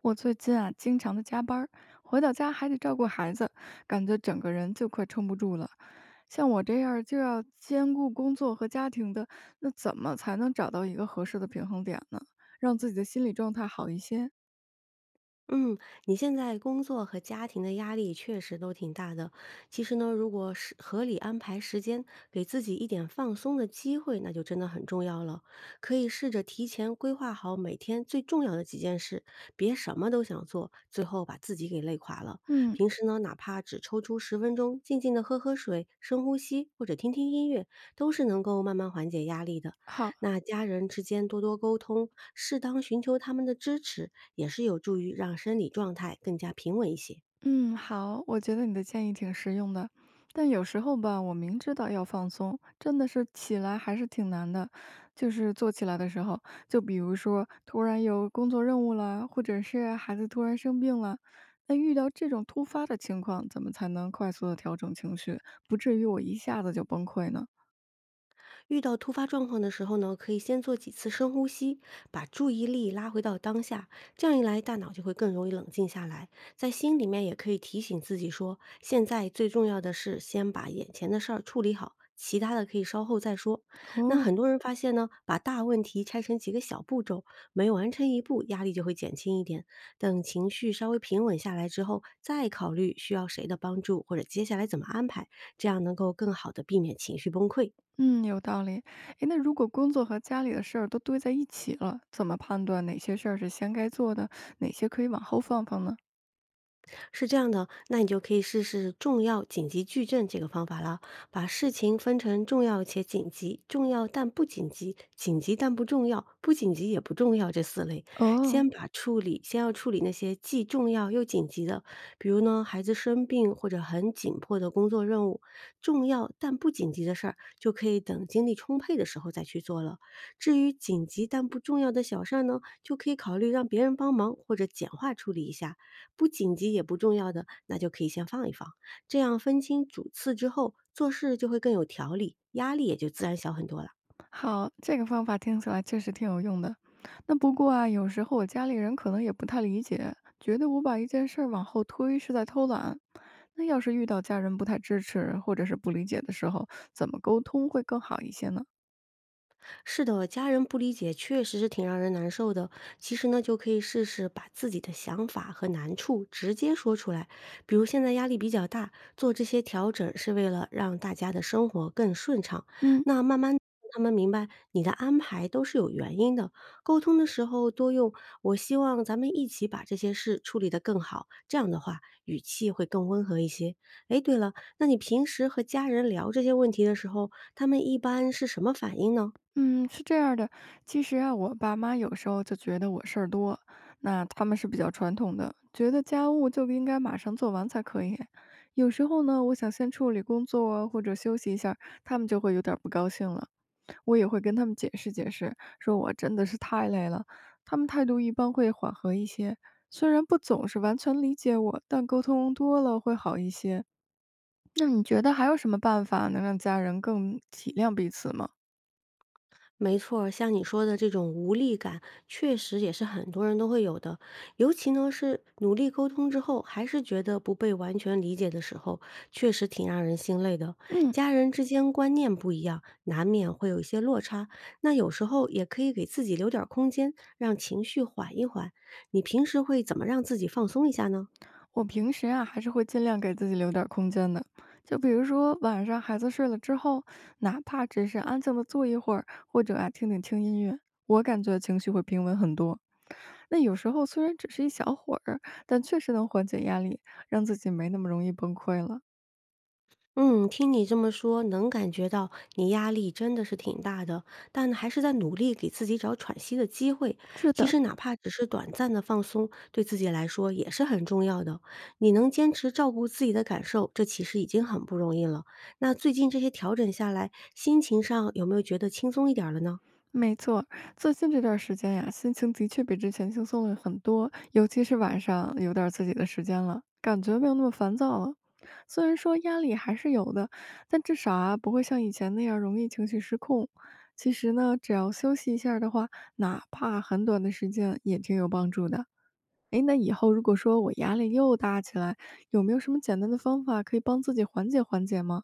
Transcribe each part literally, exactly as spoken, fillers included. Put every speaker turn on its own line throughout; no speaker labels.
我最近啊，经常的加班儿，回到家还得照顾孩子，感觉整个人就快撑不住了。像我这样儿就要兼顾工作和家庭的，那怎么才能找到一个合适的平衡点呢？让自己的心理状态好一些？
嗯，你现在工作和家庭的压力确实都挺大的。其实呢，如果是合理安排时间，给自己一点放松的机会，那就真的很重要了。可以试着提前规划好每天最重要的几件事，别什么都想做，最后把自己给累垮了。
嗯，
平时呢，哪怕只抽出十分钟，静静的喝喝水、深呼吸或者听听音乐，都是能够慢慢缓解压力的。
好。
那家人之间多多沟通，适当寻求他们的支持，也是有助于让生理状态更加平稳一些。
嗯，好，我觉得你的建议挺实用的，但有时候吧，我明知道要放松，真的是起来还是挺难的。就是做起来的时候，就比如说突然有工作任务啦，或者是孩子突然生病了，那遇到这种突发的情况，怎么才能快速的调整情绪，不至于我一下子就崩溃呢？
遇到突发状况的时候呢，可以先做几次深呼吸，把注意力拉回到当下。这样一来，大脑就会更容易冷静下来。在心里面也可以提醒自己说，现在最重要的是先把眼前的事儿处理好。其他的可以稍后再说。那
哦，
很多人发现呢，把大问题拆成几个小步骤，每完成一步，压力就会减轻一点。等情绪稍微平稳下来之后，再考虑需要谁的帮助或者接下来怎么安排，这样能够更好的避免情绪崩溃。
嗯，有道理。诶，那如果工作和家里的事儿都堆在一起了，怎么判断哪些事儿是先该做的，哪些可以往后放放呢？
是这样的，那你就可以试试重要紧急矩阵这个方法了，把事情分成重要且紧急、重要但不紧急、紧急但不重要、不紧急也不重要这四类。
哦，
先把处理，先要处理那些既重要又紧急的，比如呢孩子生病或者很紧迫的工作任务，重要但不紧急的事儿就可以等精力充沛的时候再去做了。至于紧急但不重要的小事儿呢，就可以考虑让别人帮忙或者简化处理一下；不紧急也不重要的，那就可以先放一放。这样分清主次之后，做事就会更有条理，压力也就自然小很多了。
好，这个方法听起来确实挺有用的。那不过啊，有时候我家里人可能也不太理解，觉得我把一件事儿往后推是在偷懒。那要是遇到家人不太支持或者是不理解的时候，怎么沟通会更好一些呢？
是的，家人不理解确实是挺让人难受的。其实呢，就可以试试把自己的想法和难处直接说出来。比如现在压力比较大，做这些调整是为了让大家的生活更顺畅。
嗯，
那慢慢地让他们明白你的安排都是有原因的。沟通的时候多用“我希望咱们一起把这些事处理得更好”，这样的话语气会更温和一些。哎，对了，那你平时和家人聊这些问题的时候，他们一般是什么反应呢？
嗯，是这样的。其实啊，我爸妈有时候就觉得我事儿多，那他们是比较传统的，觉得家务就应该马上做完才可以。有时候呢，我想先处理工作或者休息一下，他们就会有点儿不高兴了。我也会跟他们解释解释，说我真的是太累了。他们态度一般会缓和一些，虽然不总是完全理解我，但沟通多了会好一些。那你觉得还有什么办法能让家人更体谅彼此吗？
没错儿像你说的这种无力感，确实也是很多人都会有的。尤其呢是努力沟通之后，还是觉得不被完全理解的时候，确实挺让人心累的。
嗯，
家人之间观念不一样，难免会有一些落差。那有时候也可以给自己留点儿空间，让情绪缓一缓。你平时会怎么让自己放松一下呢？
我平时啊还是会尽量给自己留点儿空间的，就比如说晚上孩子睡了之后，哪怕只是安静的坐一会儿，或者啊听听轻音乐，我感觉情绪会平稳很多。那有时候虽然只是一小会儿，但确实能缓解压力，让自己没那么容易崩溃了。
嗯，听你这么说，能感觉到你压力真的是挺大的，但还是在努力给自己找喘息的机会。
是
其
的，
实哪怕只是短暂的放松，对自己来说也是很重要的。你能坚持照顾自己的感受，这其实已经很不容易了。那最近这些调整下来，心情上有没有觉得轻松一点儿了呢？
没错，最近这段时间呀，心情的确比之前轻松了很多，尤其是晚上有点儿自己的时间了，感觉没有那么烦躁了。虽然说压力还是有的，但至少啊不会像以前那样容易情绪失控。其实呢，只要休息一下儿的话，哪怕很短的时间也挺有帮助的。诶，那以后如果说我压力又大起来，有没有什么简单的方法可以帮自己缓解缓解吗？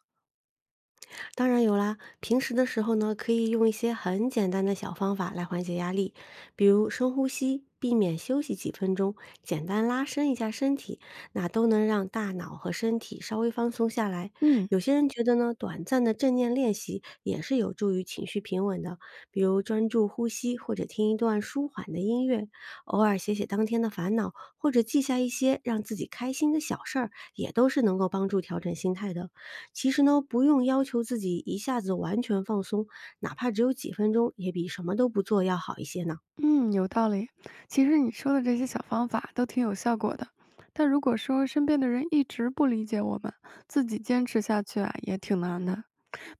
当然有啦，平时的时候呢，可以用一些很简单的小方法来缓解压力，比如深呼吸，避免休息几分钟，简单拉伸一下身体，那都能让大脑和身体稍微放松下来。
嗯
有些人觉得呢，短暂的正念练习也是有助于情绪平稳的，比如专注呼吸或者听一段舒缓的音乐，偶尔写写当天的烦恼，或者记下一些让自己开心的小事儿，也都是能够帮助调整心态的。其实呢，不用要求自己一下子完全放松，哪怕只有几分钟，也比什么都不做要好一些呢。
嗯，有道理。其实你说的这些小方法都挺有效果的，但如果说身边的人一直不理解我们，自己坚持下去啊，也挺难的。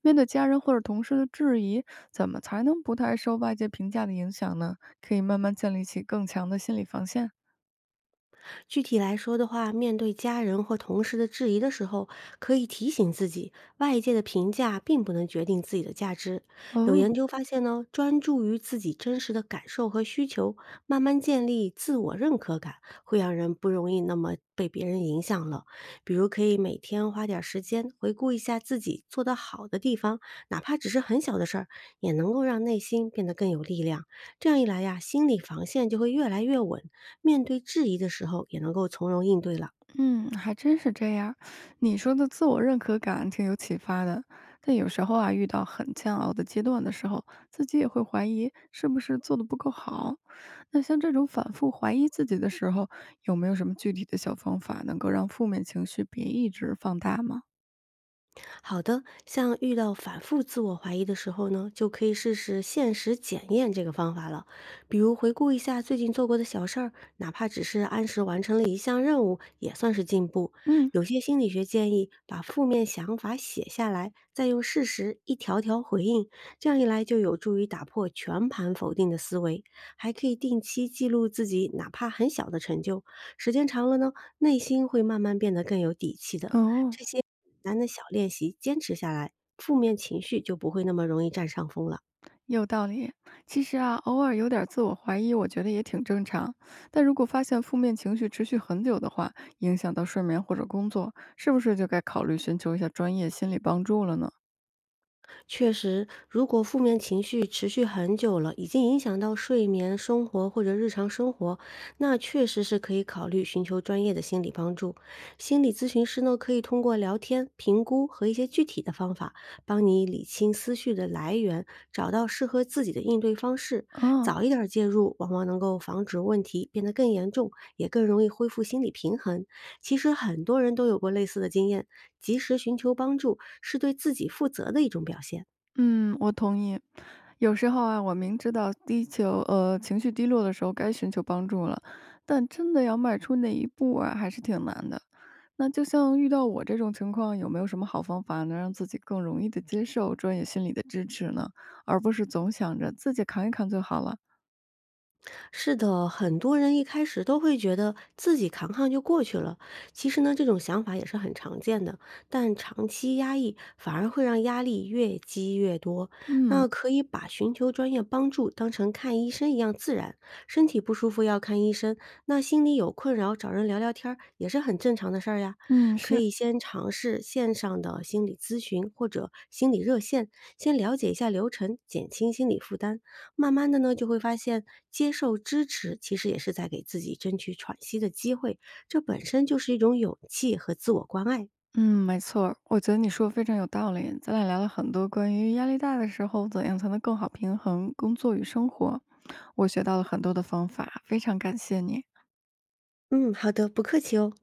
面对家人或者同事的质疑，怎么才能不太受外界评价的影响呢？可以慢慢建立起更强的心理防线。
具体来说的话，面对家人或同事的质疑的时候，可以提醒自己，外界的评价并不能决定自己的价值。有
哦，
研究发现呢，专注于自己真实的感受和需求，慢慢建立自我认可感，会让人不容易那么被别人影响了。比如，可以每天花点儿时间回顾一下自己做得好的地方，哪怕只是很小的事儿，也能够让内心变得更有力量。这样一来呀，心理防线就会越来越稳，面对质疑的时候也能够从容应对了。
嗯，还真是这样你说的自我认可感挺有启发的，但有时候啊，遇到很煎熬的阶段的时候，自己也会怀疑是不是做的不够好。那像这种反复怀疑自己的时候，有没有什么具体的小方法能够让负面情绪别一直放大吗？
好的，像遇到反复自我怀疑的时候呢，就可以试试现实检验这个方法了。比如回顾一下最近做过的小事儿，哪怕只是按时完成了一项任务，也算是进步。
嗯，
有些心理学建议把负面想法写下来，再用事实一条条回应，这样一来就有助于打破全盘否定的思维。还可以定期记录自己哪怕很小的成就，时间长了呢，内心会慢慢变得更有底气的。
哦，
这些简单的小练习坚持下来，负面情绪就不会那么容易占上风了。
有道理。其实啊，偶尔有点自我怀疑，我觉得也挺正常。但如果发现负面情绪持续很久的话，影响到睡眠或者工作，是不是就该考虑寻求一下专业心理帮助了呢？
确实，如果负面情绪持续很久了，已经影响到睡眠、生活或者日常生活，那确实是可以考虑寻求专业的心理帮助。心理咨询师呢，可以通过聊天、评估和一些具体的方法，帮你理清思绪的来源，找到适合自己的应对方式。
啊，
早一点儿介入，往往能够防止问题变得更严重，也更容易恢复心理平衡。其实很多人都有过类似的经验，及时寻求帮助是对自己负责的一种表现。
嗯，我同意。有时候啊，我明知道低求呃情绪低落的时候该寻求帮助了，但真的要迈出那一步啊，还是挺难的。那就像遇到我这种情况，有没有什么好方法能让自己更容易的接受专业心理的支持呢？而不是总想着自己扛一扛就好了。
是的，很多人一开始都会觉得自己扛扛就过去了。其实呢，这种想法也是很常见的，但长期压抑反而会让压力越积越多。
嗯
那可以把寻求专业帮助当成看医生一样自然，身体不舒服要看医生，那心里有困扰找人聊聊天儿也是很正常的事儿呀。
嗯，
可
是，
以先尝试线上的心理咨询或者心理热线，先了解一下流程，减轻心理负担。慢慢的呢，就会发现接受支持其实也是在给自己争取喘息的机会，这本身就是一种勇气和自我关爱。
嗯，没错儿我觉得你说的非常有道理。咱俩聊了很多关于压力大的时候怎样才能更好平衡工作与生活，我学到了很多的方法，非常感谢你。
嗯，好的，不客气哦。